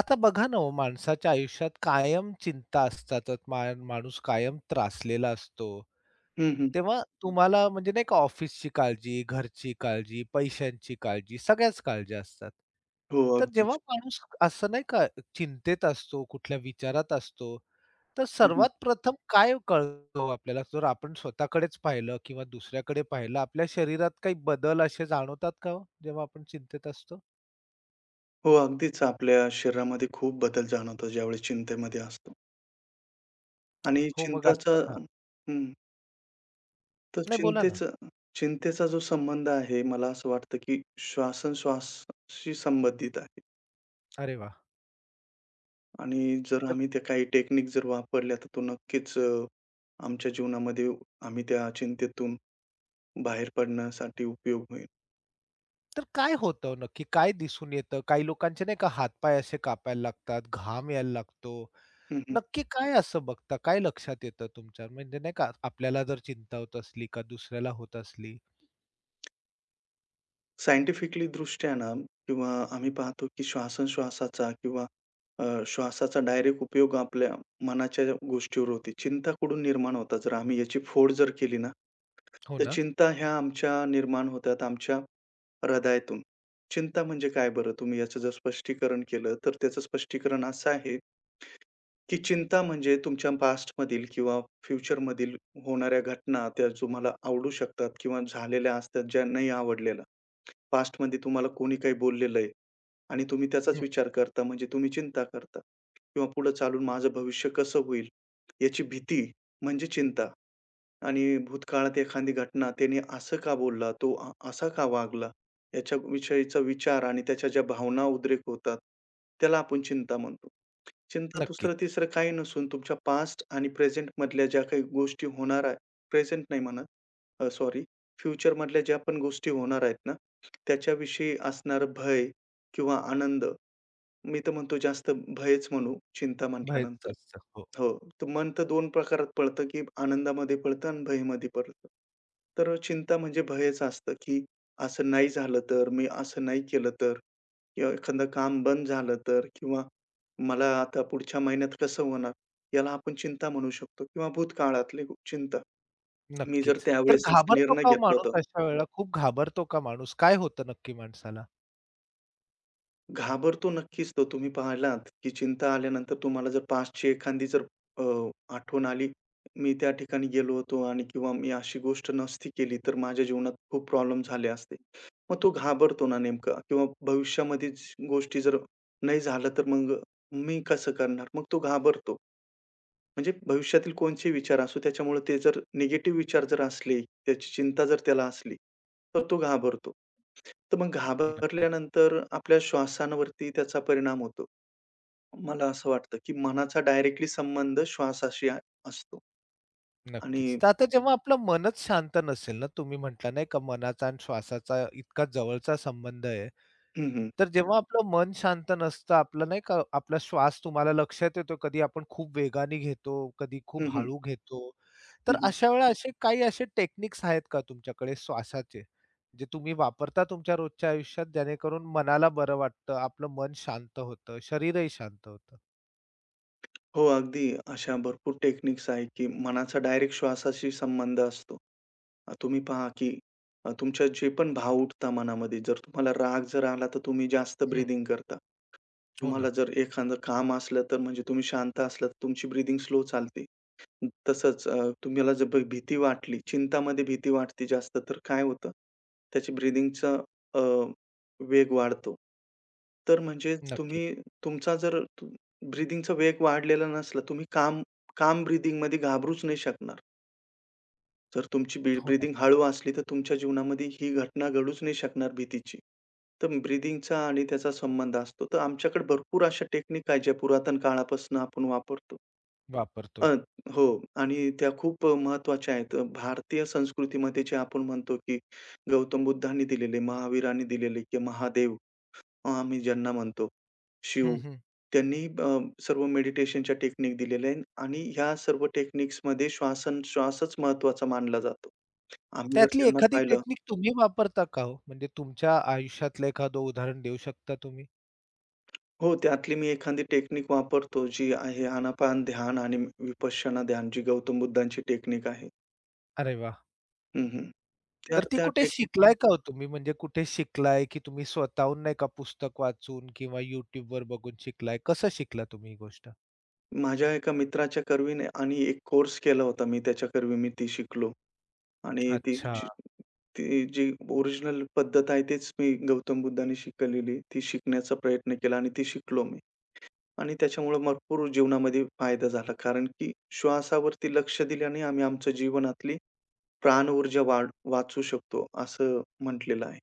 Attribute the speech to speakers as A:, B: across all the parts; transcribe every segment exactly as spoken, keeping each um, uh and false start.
A: आता बघा ना हो, माणसाच्या आयुष्यात कायम चिंता असतातच. मा माणूस कायम त्रासलेला असतो.
B: हं, हं.
A: तेव्हा तुम्हाला म्हणजे नाही का ऑफिसची काळजी, घरची काळजी, पैशांची काळजी, सगळ्याच काळज्या असतात.
B: हो,
A: तर
B: अगदीच.
A: जेव्हा माणूस असं नाही का चिंतेत असतो, कुठल्या विचारात असतो, तर
B: हं, हं.
A: सर्वात प्रथम काय कळतं हो आपल्याला? जर आपण स्वतःकडेच पाहिलं किंवा दुसऱ्याकडे पाहिलं, आपल्या शरीरात काही बदल असे जाणवतात का हो, जेव्हा आपण चिंतेत असतो?
B: हो, अगदीच आपल्या शरीरामध्ये खूप बदल जाणवतो ज्यावेळेस चिंतेमध्ये असतो आणि
A: हो, मग
B: चिंताचा
A: असं हां.
B: हं, तर
A: नाही बोला ना.
B: चिंतेचा चिंतेचा जो संबंध आहे, मला असं वाटतं, की श्वासोश्वासाशी संबंधित आहे
A: अरे वाह!
B: आणि जर आम्ही त्या काही टेक्निक जर वापरल्या, तर तो नक्कीच अ, आमच्या जीवनामध्ये आम्ही त्या चिंतेतून बाहेर पडण्यासाठी उपयोग होईल.
A: तर काय होतं नक्की? काय दिसून येतं? काही लोकांचे नाही का हात-पाय असे कापायला लागतात, घाम यायला लागतो.
B: हं, हं.
A: नक्की काय असं बघता? काय लक्षात येतं तुमच्या? म्हणजे नाही का आपल्याला जर चिंता होत असली का दुसऱ्याला होत असली.
B: सायंटिफिकली दृष्ट्या ना किंवा आम्ही पाहतो की श्वासोश्वासाचा किंवा अ, श्वासाचा डायरेक्ट उपयोग आपल्या मनाच्या गोष्टीवर होते. चिंता कुठून निर्माण होतात? जर आम्ही याची फोड जर केली ना,
A: हो
B: तर
A: ना?
B: चिंता ह्या आमच्या निर्माण होतात आमच्या हृदयातून. चिंता म्हणजे काय बरं? तुम्ही याचं जर स्पष्टीकरण केलं, तर त्याचं स्पष्टीकरण असं आहे, की चिंता म्हणजे तुमच्या पास्टमधील किंवा फ्युचरमधील होणाऱ्या घटना, त्या तुम्हाला आवडू शकतात किंवा झालेल्या असतात, ज्या नाही आवडलेल्या. पास्ट पास्टमध्ये तुम्हाला कोणी काही बोललेलं आहे आणि तुम्ही त्याचाच
A: हं,
B: विचार करता, म्हणजे तुम्ही चिंता करता किंवा पुढे चालून माझं भविष्य कसं होईल? याची भीती म्हणजे चिंता आणि भूतकाळात एखादी घटना, त्याने असं का बोलला? तो अ असा का वागला? याच्याविषयीचा विचार आणि त्याच्या ज्या भावना उद्रेक होतात, त्याला आपण चिंता म्हणतो. चिंता
A: नक्कीच.
B: दुसरं-तिसरं काही नसून तुमच्या पास्ट आणि प्रेझेंट मधल्या ज्या काही गोष्टी होणार आहे प्रेझेंट नाही म्हणत, अ, सॉरी, फ्युचर मधल्या ज्या पण गोष्टी होणार आहेत ना, त्याच्याविषयी असणारं भय किंवा आनंद, मी तर म्हणतो जास्त भयच म्हणू चिंता
A: भयच
B: म्हटल्यानंतर.
A: असतं. हो,
B: हो, तर मन तर दोन प्रकारात पडतं, की आनंदामध्ये पडतं आणि भयमध्ये पडतं. तर चिंता म्हणजे भयच असतं, की असं नाही झालं तर, मी असं नाही केलं तर किंवा एखादं काम बंद झालं तर किंवा मला आता पुढच्या महिन्यात कसं होणार? याला आपण चिंता म्हणू शकतो किंवा भूतकाळातली चिंता. मी जर
A: नक्कीच. तर
B: त्यावेळेस असा
A: घाबरतो
B: निर्णय
A: का
B: घेतला
A: माणूस
B: तर
A: अशा वेळेला? खूप घाबरतो का माणूस? काय होतं नक्की माणसाला?
B: घाबरतो नक्कीच तो. तुम्ही पाहिलात की चिंता आल्यानंतर तुम्हाला जर पास्टची एखादी जर अ, आठवण आली, मी त्या ठिकाणी गेलो होतो आणि किंवा मी अशी गोष्ट नसती केली तर माझ्या जीवनात खूप प्रॉब्लेम झाले असते. मग तो घाबरतो ना नेमका किंवा भविष्यामध्येच गोष्टी जर नाही झालं तर मग मी कसं करणार? मग तो घाबरतो. म्हणजे भविष्यातील कोणचे विचार असो, त्याच्यामुळे ते जर निगेटिव्ह विचार जर असले, त्याची चिंता जर त्याला असली, तर तो घाबरतो. तर मग
A: नक्कीच.
B: घाबरल्यानंतर आपल्या श्वासांवरती त्याचा परिणाम होतो. मला असं वाटतं, की मनाचा डायरेक्टली संबंध श्वासाशी आ- असतो आणि
A: नक्कीच. तर आता जेव्हा आपलं मनच शांत नसेल ना, तुम्ही म्हटला नाही का मनाचा आणि श्वासाचा इतका जवळचा संबंध आहे.
B: हं, हं.
A: तर जेव्हा आपलं मन शांत नसतं, आपलं नाही का आपला श्वास तुम्हाला लक्षात येतो, कधी आपण खूप वेगाने घेतो, कधी खूप
B: हं, हं.
A: हळू घेतो. तर अशा वेळा असे काही असे टेक्निक्स आहेत का तुमच्याकडे श्वासाचे, जे तुम्ही वापरता तुमच्या रोजच्या आयुष्यात जेणेकरून मनाला बरं वाटतं, आपलं मन शांत होतं, शरीरही शांत होतं?
B: हो, अगदी. अशा भरपूर टेक्निक्स आहेत, की मनाचा डायरेक्ट श्वासाशी संबंध असतो. अ, तुम्ही पहा, की अ, तुमच्या जे पण भाव उठता मनामध्ये, जर तुम्हाला राग जर आला, तर तुम्ही जास्त
A: हं.
B: ब्रीदिंग करता.
A: हो
B: तुम्हाला
A: ना.
B: जर एखादं काम असलं, तर म्हणजे तुम्ही शांत असलात, तुमची ब्रीदिंग स्लो चालते. तसंच अ, तुम्हाला जर भ भीती वाटली, चिंतामध्ये भीती वाटते जास्त, तर काय होतं, त्याची ब्रीथिंगचा अ, वेग वाढतो. तर म्हणजे तुम्ही
A: नक्कीच.
B: तुमचा जर तु ब्रीथिंगचा वेग वाढलेला नसला, तुम्ही काम काम ब्रीथिंगमध्ये घाबरूच नाही शकणार. जर तुमची ब्री
A: हो ना.
B: ब्रीथिंग हळू असली, तर तुमच्या जीवनामध्ये ही घटना घडूच नाही शकणार भीतीची. तर ब्रीथिंगचा आणि त्याचा संबंध असतो. तर आमच्याकडे भरपूर अशा टेक्निक आहेत, ज्या पुरातन काळापासून आपण वापरतो. अ,
A: वापरतो.
B: हो, आणि त्या खूप अ, महत्त्वाच्या आहेत. भारतीय संस्कृतीमध्ये जे आपण म्हणतो, की गौतम बुद्धांनी दिलेले, महावीरांनी दिलेले, की महादेव अ, आम्ही ज्यांना म्हणतो, शिव.
A: हं, हं.
B: त्यांनी अ, सर्व मेडिटेशनच्या टेक्निक दिलेल्या आहेत आणि ह्या सर्व टेक्निक्समध्ये श्वासोच्छ्वासच महत्त्वाचा मानला जातो. आम्ही जर
A: त्यातली
B: त्यांना
A: एखादी
B: पाहिलं.
A: टेक्निक तुम्ही वापरता का हो? म्हणजे तुमच्या आयुष्यातलं एखादं उदाहरण देऊ शकता तुम्ही?
B: हो, त्यातली मी एखादी टेक्निक वापरतो, जी आहे आनापान ध्यान आणि विपश्यना ध्यान, जी गौतम बुद्धांची टेक्निक आहे.
A: अरे वाह!
B: हं, हं.
A: तर
B: तर
A: ती
B: त्या
A: कुठे शिकलाय का हो तुम्ही? म्हणजे कुठे शिकलाय, की तुम्ही स्वतःहून नाही का पुस्तक वाचून किंवा YouTubeवर बघून शिकलाय? कसं शिकला तुम्ही ही गोष्ट?
B: माझ्या एका मित्राच्या कर्वीने आणि एक कोर्स केला होता मी त्याच्या कर्वी मी ती शिकलो आणि ती
A: अच्छा.
B: जी ती जी ओरिजिनल पद्धत आहे तीच मी गौतम बुद्धांनी शिकलेली ती शिकण्याचा प्रयत्न केला आणि ती शिकलो मी आणि त्याच्यामुळे भरपूर जीवनामध्ये फायदा झाला. कारण की श्वासावरती लक्ष दिल्याने आम्ही आमच्या जीवनातली प्राणऊर्जा वाढ वाचवू शकतो असं म्हटलेलं आहे.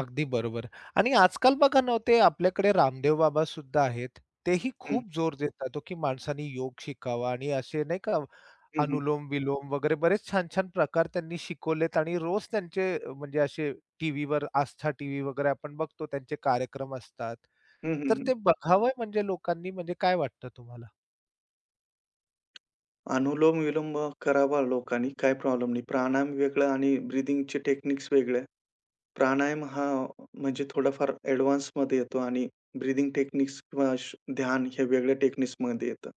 A: अगदी बरोबर. आणि आजकाल बघा ना, हो, ते आपल्याकडे रामदेव बाबा सुद्धा आहेत. तेही
B: हं.
A: खूप जोर देतात हो, की माणसाने योग शिकावा आणि असे नाही का
B: हं, हं.
A: अनुलोम-विलोम वगैरे बरेच छान-छान प्रकार त्यांनी शिकवलेत आणि रोज त्यांचे अ, म्हणजे असे टीव्हीवर आस्था टीव्ही वगैरे आपण बघतो त्यांचे कार्यक्रम असतात.
B: हं, हं,
A: तर
B: हं.
A: ते बघावं म्हणजे लोकांनी म्हणजे काय वाटतं तुम्हाला?
B: अनुलोम-विलोम करावा लोकांनी, काही प्रॉब्लेम नाही. प्राणायाम वेगळं आणि ब्रीथिंगचे टेक्निक्स वेगळ्या. प्राणायाम हा म्हणजे थोडाफार ॲडव्हान्समध्ये येतो आणि ब्रीथिंग टेक्निक्स किंवा श ध्यान ह्या वेगळ्या टेक्निक्समध्ये येतं.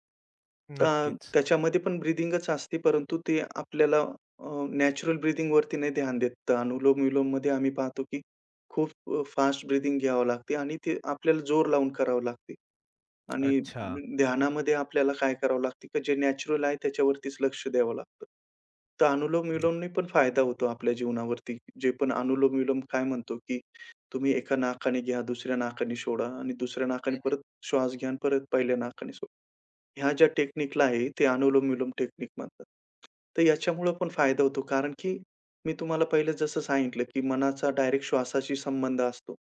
B: अ,
A: नक्कीच.
B: त्याच्यामध्ये पण ब्रीथिंगच असते, परंतु ते आपल्याला अ, नॅचरल ब्रीथिंगवरती नाही ध्यान देत. तर अनुलोम-विलोममध्ये आम्ही पाहतो, की खूप फास्ट ब्रीथिंग घ्यावं लागते आणि ते आपल्याला जोर लावून करावं लागते. आणि
A: अच्छा.
B: ध्यानामध्ये आपल्याला काय करावं लागतं, की जे नॅचरल आहे त्याच्यावरतीच लक्ष द्यावं लागतं. तर अनुलोम-विलोमने पण फायदा होतो आपल्या जीवनावरती. जे पण अनुलोम-विलोम काय म्हणतो, की तुम्ही एका नाकाने घ्या, दुसऱ्या नाकाने सोडा आणि दुसऱ्या नाकाने परत श्वास घ्या आणि परत पहिल्या नाकाने सोडा. ह्या ज्या टेक्निकला आहे ते अनुलोम-विलोम टेक्निक म्हणतात. तर याच्यामुळं पण फायदा होतो कारण की मी तुम्हाला पहिलं जसं सांगितलं, की मनाचा डायरेक्ट श्वासाशी संबंध असतो.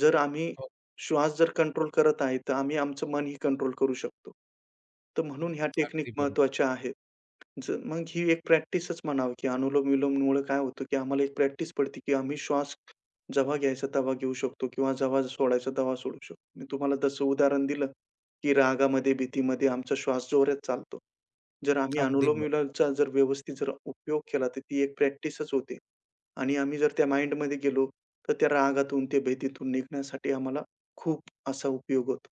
B: जर आम्ही
A: हो,
B: श्वास जर कंट्रोल करत आहे, तर आम्ही आमचं मनही कंट्रोल करू शकतो. तर म्हणून ह्या टेक्निक
A: अगदी बरोबर.
B: महत्त्वाच्या आहेत. ज मग ही एक प्रॅक्टिसच म्हणावी, की अनुलोम-विलोममुळे काय होतं, की आम्हाला एक प्रॅक्टिस पडते, की आम्ही श्वास जेव्हा घ्यायचा तेव्हा घेऊ शकतो किंवा जेव्हा सोडायचा तेव्हा सोडू शकतो. मी तुम्हाला तसं उदाहरण दिलं, की रागामध्ये, भीतीमध्ये आमचा श्वास जोरात चालतो. जर आम्ही
A: अगदी बरोबर.
B: अनुलोम-विलोमचा जर व्यवस्थित जर उपयोग केला, तर ती एक प्रॅक्टिसच होते आणि आम्ही जर त्या माइंडमध्ये गेलो, तर त्या रागातून, त्या भीतीतून निघण्यासाठी आम्हाला खूप असा उपयोग होतो.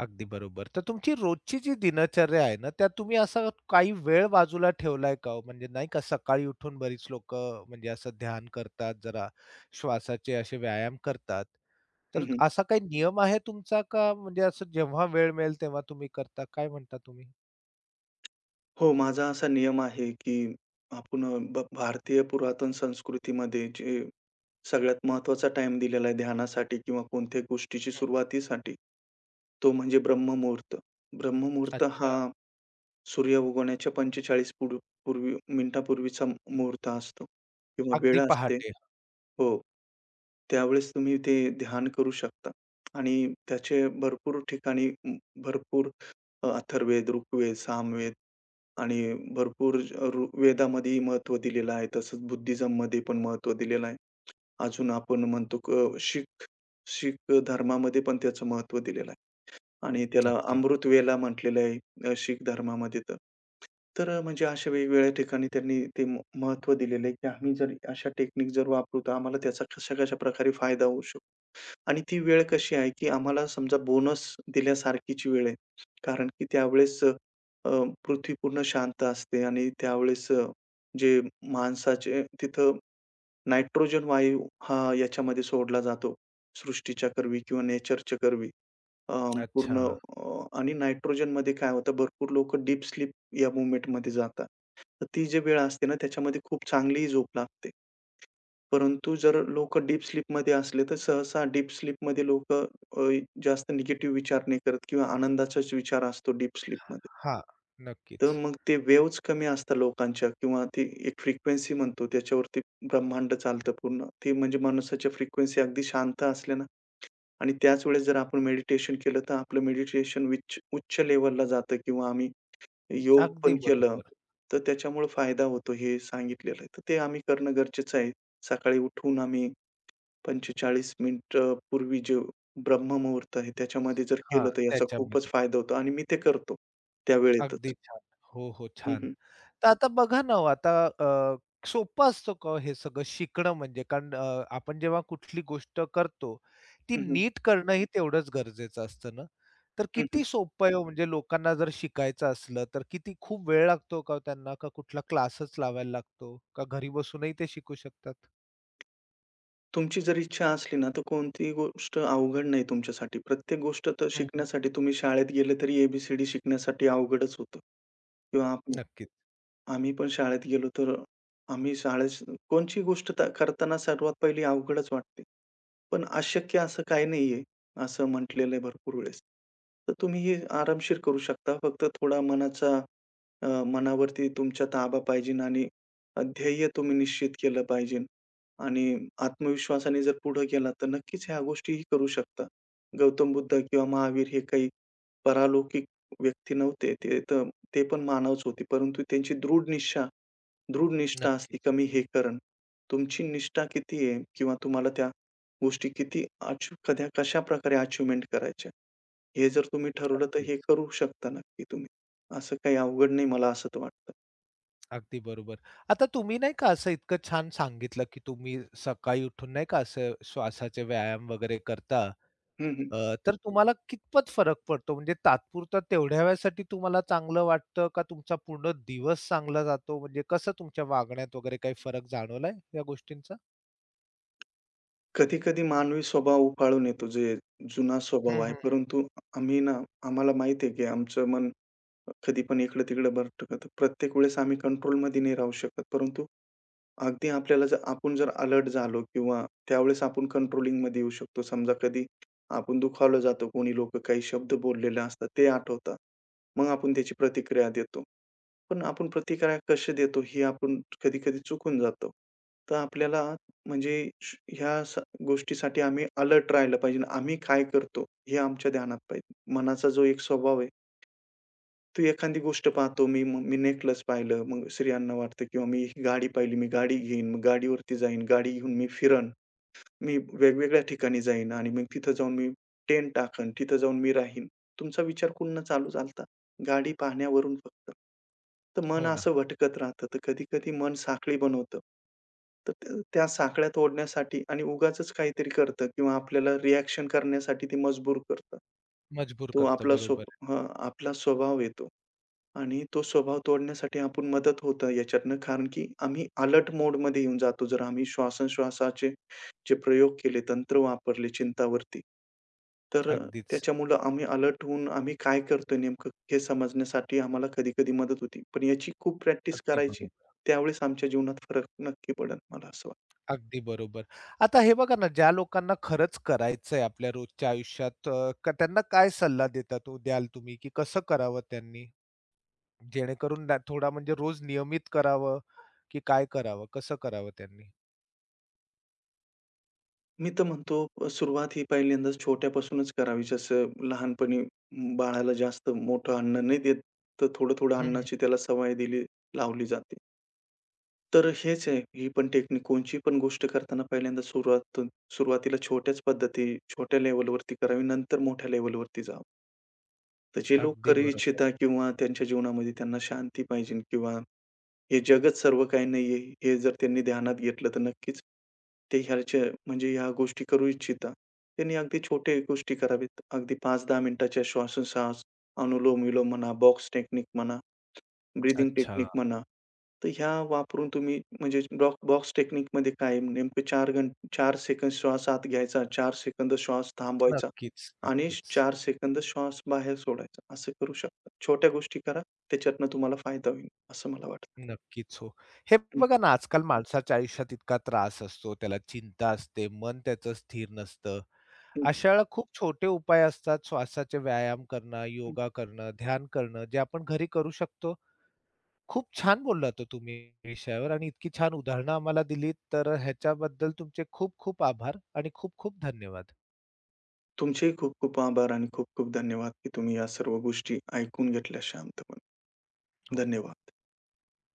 A: अगदी बरोबर. तर तुमची रोजची जी दिनचर्या आहे ना, त्यात तुम्ही असा काही वेळ बाजूला ठेवलाय का हो? म्हणजे नाही का सकाळी उठून बरीच लोकं म्हणजे असं ध्यान करतात, जरा श्वासाचे असे व्यायाम करतात. तर असा काही नियम आहे तुमचा का म्हणजे असं जेव्हा वेळ मिळेल तेव्हा तुम्ही करता? काय म्हणता तुम्ही?
B: हो, माझा असा नियम आहे, की आपण अ, ब भारतीय पुरातन संस्कृतीमध्ये जे सगळ्यात महत्त्वाचा टाईम दिलेला आहे ध्यानासाठी किंवा कोणत्याही गोष्टीची सुरुवातीसाठी, तो म्हणजे ब्रह्ममुहूर्त. ब्रह्ममुहूर्त हा
A: अच्छा.
B: सूर्य उगवण्याच्या पंचेचाळीस पूर्व पूर्वी मिनिटापूर्वीचा मुहूर्त असतो किंवा वेळ
A: अगदी
B: असते.
A: पहाटे.
B: हो. त्यावेळेस तुम्ही ते ध्यान करू शकता आणि त्याचे भरपूर ठिकाणी म, भरपूर अ, अथर्ववेद, ऋग्वेद, सामवेद आणि भरपूर ऋ वेदामध्येही महत्त्व दिलेलं आहे. तसंच बुद्धिझममध्ये पण महत्त्व दिलेलं आहे. अजून आपण म्हणतो क शीख शीख धर्मामध्ये पण त्याचं महत्त्व दिलेलं आहे आणि त्याला
A: नक्कीच.
B: अमृतवेला म्हटलेलं आहे अ, शीख धर्मामध्ये तर. तर अ, म्हणजे अशा वेगवेगळ्या ठिकाणी त्यांनी ते म दिलेलं आहे, की आम्ही जर अशा टेक्निक जर वापरू तर आम्हाला त्याचा कशा-कशा प्रकारे फायदा होऊ शकतो. आणि ती वेळ कशी आहे, की आम्हाला समजा बोनस दिल्यासारखीची वेळ आहे. कारण की त्यावेळेस अ, पृथ्वी पूर्ण शांत असते आणि त्यावेळेस अ, जे माणसाचे तिथं नायट्रोजन वायू हा याच्यामध्ये सोडला जातो. सृष्टीच्या करवी किंवा नेचरच्या करवी. अ,
A: अच्छा.
B: पूर्ण अ, आणि नायट्रोजनमध्ये काय होतं भरपूर लोकं डीप स्लीप या मूव्हमेंटमध्ये जातात. तर ती जी वेळ असते ना त्याच्यामध्ये खूप चांगलीही झोप लागते. परंतु जर लोकं डीप स्लीपमध्ये असले, तर सहसा डीप स्लीपमध्ये लोकं अ, जास्त निगेटिव्ह विचार नाही करत किंवा आनंदाचाच विचार असतो डीप स्लीपमध्ये.
A: हां.
B: तर
A: नक्कीच.
B: मग ते वेव्हज कमी असतात लोकांच्या किंवा ती एक फ्रिक्वेन्सी म्हणतो त्याच्यावरती ब्रह्मांड चालतं पूर्ण. ते म्हणजे माणसाच्या फ्रिक्वेन्सी अगदी शांत असल्या ना आणि त्याच वेळेस जर आपण मेडिटेशन केलं, तर आपलं मेडिटेशन उच्च उच्च लेव्हलला जातं किंवा आम्ही योग
A: अगदी
B: पण केलं,
A: बरोबर.
B: तर त्याच्यामुळे फायदा होतो हे सांगितलेलं आहे. तर ते आम्ही करणं गरजेचं आहे. सकाळी उठून आम्ही पंचेचाळीस मिनिटं पूर्वी जे ब्रह्ममुहूर्त आहे, त्याच्यामध्ये जर
A: हां,
B: केलं तर याचा खूपच
A: त्याच्यामध्ये.
B: फायदा होतो आणि मी ते करतो त्यावेळेतच.
A: अगदी छान. हो, हो.
B: हं,
A: छान.
B: हं.
A: तर आता बघा ना हो, आता अ, सोपं असतं का हो हे सगळं शिकणं म्हणजे? कारण अ, आपण जेव्हा कुठली गोष्ट करतो, ती
B: हं, हं.
A: नीट करणंही तेवढंच गरजेचं असतं ना. तर
B: हं, हं.
A: किती सोपं आहे हो म्हणजे लोकांना जर शिकायचं असलं, तर किती खूप वेळ लागतो हो का हो त्यांना? का कुठला क्लासच लावायला लागतो? का घरी बसूनही ते शिकू शकतात?
B: तुमची जर इच्छा असली ना, तर कोणतीही गोष्ट अवघड नाही तुमच्यासाठी. प्रत्येक गोष्ट तर
A: हं, हं.
B: शिकण्यासाठी तुम्ही शाळेत गेले तरी ए शिकण्यासाठी अवघडच होतं किंवा आपण
A: नक्कीच,
B: आम्ही पण शाळेत गेलो तर आम्ही शाळेत कोणची गोष्ट त करताना सर्वात पहिली अवघडच वाटते. पण अशक्य असं काही नाहीये, असं म्हटलेलं आहे भरपूर वेळेस. तर तुम्ही हे आरामशीर करू शकता. फक्त थोडा मनाचा अ, मनावरती तुमचा ताबा पाहिजे आणि ध्येय तुम्ही निश्चित केलं पाहिजे आणि आत्मविश्वासाने जर पुढे गेला तर नक्कीच ह्या गोष्टीही करू शकता. गौतम बुद्ध किंवा महावीर हे काही परालौकिक व्यक्ती नव्हते. ते तर ते पण मानवच होते. परंतु त्यांची दृढ निष्ठा दृढ निष्ठा असते
A: नक्कीच.
B: का मी हे करेन. तुमची निष्ठा किती आहे किंवा तुम्हाला त्या गोष्टी किती अचीव कध्या कशाप्रकारे अचिव्हमेंट करायच्या. हे जर तुम्ही ठरवलं तर हे करू शकता नक्की तुम्ही. असं काही अवघड नाही मला असं तर वाटतं.
A: अगदी बरोबर. आता तुम्ही नाही का असं इतकं छान सांगितलं, की तुम्ही सकाळी उठून नाही का असं श्वासाचे व्यायाम वगैरे करता.
B: हं, हं.
A: अ, तर तुम्हाला कितपत फरक पडतो? म्हणजे तात्पुरता तेवढ्या वेळेसाठी तुम्हाला चांगलं वाटतं का तुमचा पूर्ण दिवस चांगला जातो? म्हणजे कसं तुमच्या वागण्यात वगैरे काही फरक जाणवलाय या गोष्टींचा?
B: कधी-कधी मानवी स्वभाव उफाळून येतो, जे जुना स्वभाव
A: हं,
B: आहे.
A: हं, हं.
B: परंतु आम्ही ना आम्हाला माहिती आहे की आमचं मन कधी पण इकडं-तिकडं भरकटतं. प्रत्येक वेळेस आम्ही कंट्रोलमध्ये नाही राहू शकत. परंतु अगदी आपल्याला जर आपण जर अलर्ट झालो किंवा त्यावेळेस आपण कंट्रोलिंगमध्ये येऊ शकतो. समजा कधी आपण दुखावलं जातो, कोणी लोक काही शब्द बोललेले असतात, ते आठवतात. मग आपण त्याची प्रतिक्रिया देतो. पण आपण प्रतिक्रिया कशी देतो हे आपण कधी-कधी चुकून जातो. तर आपल्याला म्हणजे श ह्या स गोष्टीसाठी आम्ही अलर्ट राहिलं पाहिजे. आम्ही काय करतो हे आमच्या ध्यानात पाहिजे. मनाचा जो एक स्वभाव आहे ती एखादी गोष्ट पाहतो मी, मग मी नेकलेस पाहिलं, मग स्त्रियांना वाटतं किंवा मी ही गाडी पाहिली, मी गाडी घेईन, मग गाडीवरती जाईन, गाडी घेऊन मी फिरन, मी वेगवेगळ्या ठिकाणी जाईन आणि मग तिथं जाऊन मी टेंट टाकन, तिथं जाऊन मी राहीन. तुमचा विचार कुठनं चालू झाला गाडी पाहण्यावरून फक्त. तर मन
A: हो ना.
B: असं भटकत राहतं, तर कधी-कधी मन साखळी बनवतं. तर त्या त्या साखळ्या तोडण्यासाठी आणि उगाचच काहीतरी करतं किंवा आपल्याला रिएक्शन करण्यासाठी ते मजबूर करतं.
A: मजबूर
B: तो
A: करतं.
B: आपला स्व
A: बरोबर.
B: हं, आपला स्वभाव आहे आणि तो स्वभाव तोडण्यासाठी आपण मदत होतं याच्यातनं. कारण की आम्ही अलर्ट मोडमध्ये येऊन जातो. जर आम्ही श्वासोश्वासाचे जे प्रयोग केले, तंत्र वापरले चिंतावरती, तर अ,
A: अगदीच.
B: त्याच्यामुळं आम्ही अलर्ट होऊन आम्ही काय करतोय नेमकं हे समजण्यासाठी आम्हाला कधी-कधी मदत होती. पण याची खूप प्रॅक्टिस
A: अगदी
B: करायची.
A: बरोबर.
B: त्यावेळेस आमच्या जीवनात फरक नक्की पडेल, मला असं वाटतं.
A: अगदी बरोबर. आता हे बघा ना, ज्या लोकांना खरंच करायचंय आपल्या रोजच्या आयुष्यात अ, क त्यांना काय सल्ला देता तो द्याल तुम्ही, की कसं करावं त्यांनी? जेणेकरून ना थोडा म्हणजे रोज नियमित करावं, की काय करावं? कसं करावं त्यांनी?
B: मी तर म्हणतो अ, सुरुवात ही पहिल्यांदाच छोट्यापासूनच करावी. जसं लहानपणी म, बाळाला जास्त मोठं अन्न नाही देत, तर थोडं-थोडं
A: हं.
B: अन्नाची त्याला सवय दिली लावली जाते. तर हेच आहे, ही पण टेक्निक कोणची पण गोष्ट करताना पहिल्यांदा सुरुवात सुरुवातीला छोट्याच पद्धती, छोट्या लेव्हलवरती करावी, नंतर मोठ्या लेव्हलवरती जावं. तर जे लोक
A: अगदी
B: करू
A: बरोबर.
B: इच्छिता किंवा त्यांच्या जीवनामध्ये त्यांना शांती पाहिजे किंवा हे जगच सर्व काही नाहीये, हे जर त्यांनी ध्यानात घेतलं तर नक्कीच ते ह्याच्या म्हणजे ह्या गोष्टी करू इच्छिता. त्यांनी अगदी छोट्या गोष्टी करावेत. अगदी पाच ते दहा मिनिटाच्या श्वासोश्वास, अनुलोम-विलोम म्हणा, बॉक्स टेक्निक म्हणा, ब्रीथिंग
A: अच्छा.
B: टेक्निक म्हणा. तर ह्या वापरून तुम्ही म्हणजे बॉ बॉक्स टेक्निकमध्ये काय आहे नेमकं चार घं चार सेकंद श्वास आत घ्यायचा, चार सेकंद श्वास थांबवायचा
A: नक्कीच,
B: आणि
A: नक्कीच.
B: चार सेकंद श्वास बाहेर सोडायचा. असं करू शकता. छोट्या गोष्टी करा, त्याच्यातनं तुम्हाला फायदा होईल, असं मला वाटतं.
A: नक्कीच हो. हे
B: हं,
A: बघा ना, आजकाल माणसाच्या आयुष्यात इतका त्रास असतो, त्याला चिंता असते, मन त्याचं स्थिर नसतं.
B: हं,
A: अशावेळेला खूप छोटे उपाय असतात. श्वासाचे व्यायाम करणं,
B: हं.
A: योगा करणं, ध्यान करणं, जे आपण घरी करू शकतो. खूप छान बोललात हो तुम्ही या विषयावर आणि इतकी छान उदाहरणं आम्हाला दिलीत, तर ह्याच्याबद्दल तुमचे खूप खूप आभार आणि खूप खूप धन्यवाद.
B: तुमचेही खूप खूप आभार आणि खूप खूप धन्यवाद की तुम्ही या सर्व गोष्टी ऐकून घेतल्या शांतपणे. धन्यवाद.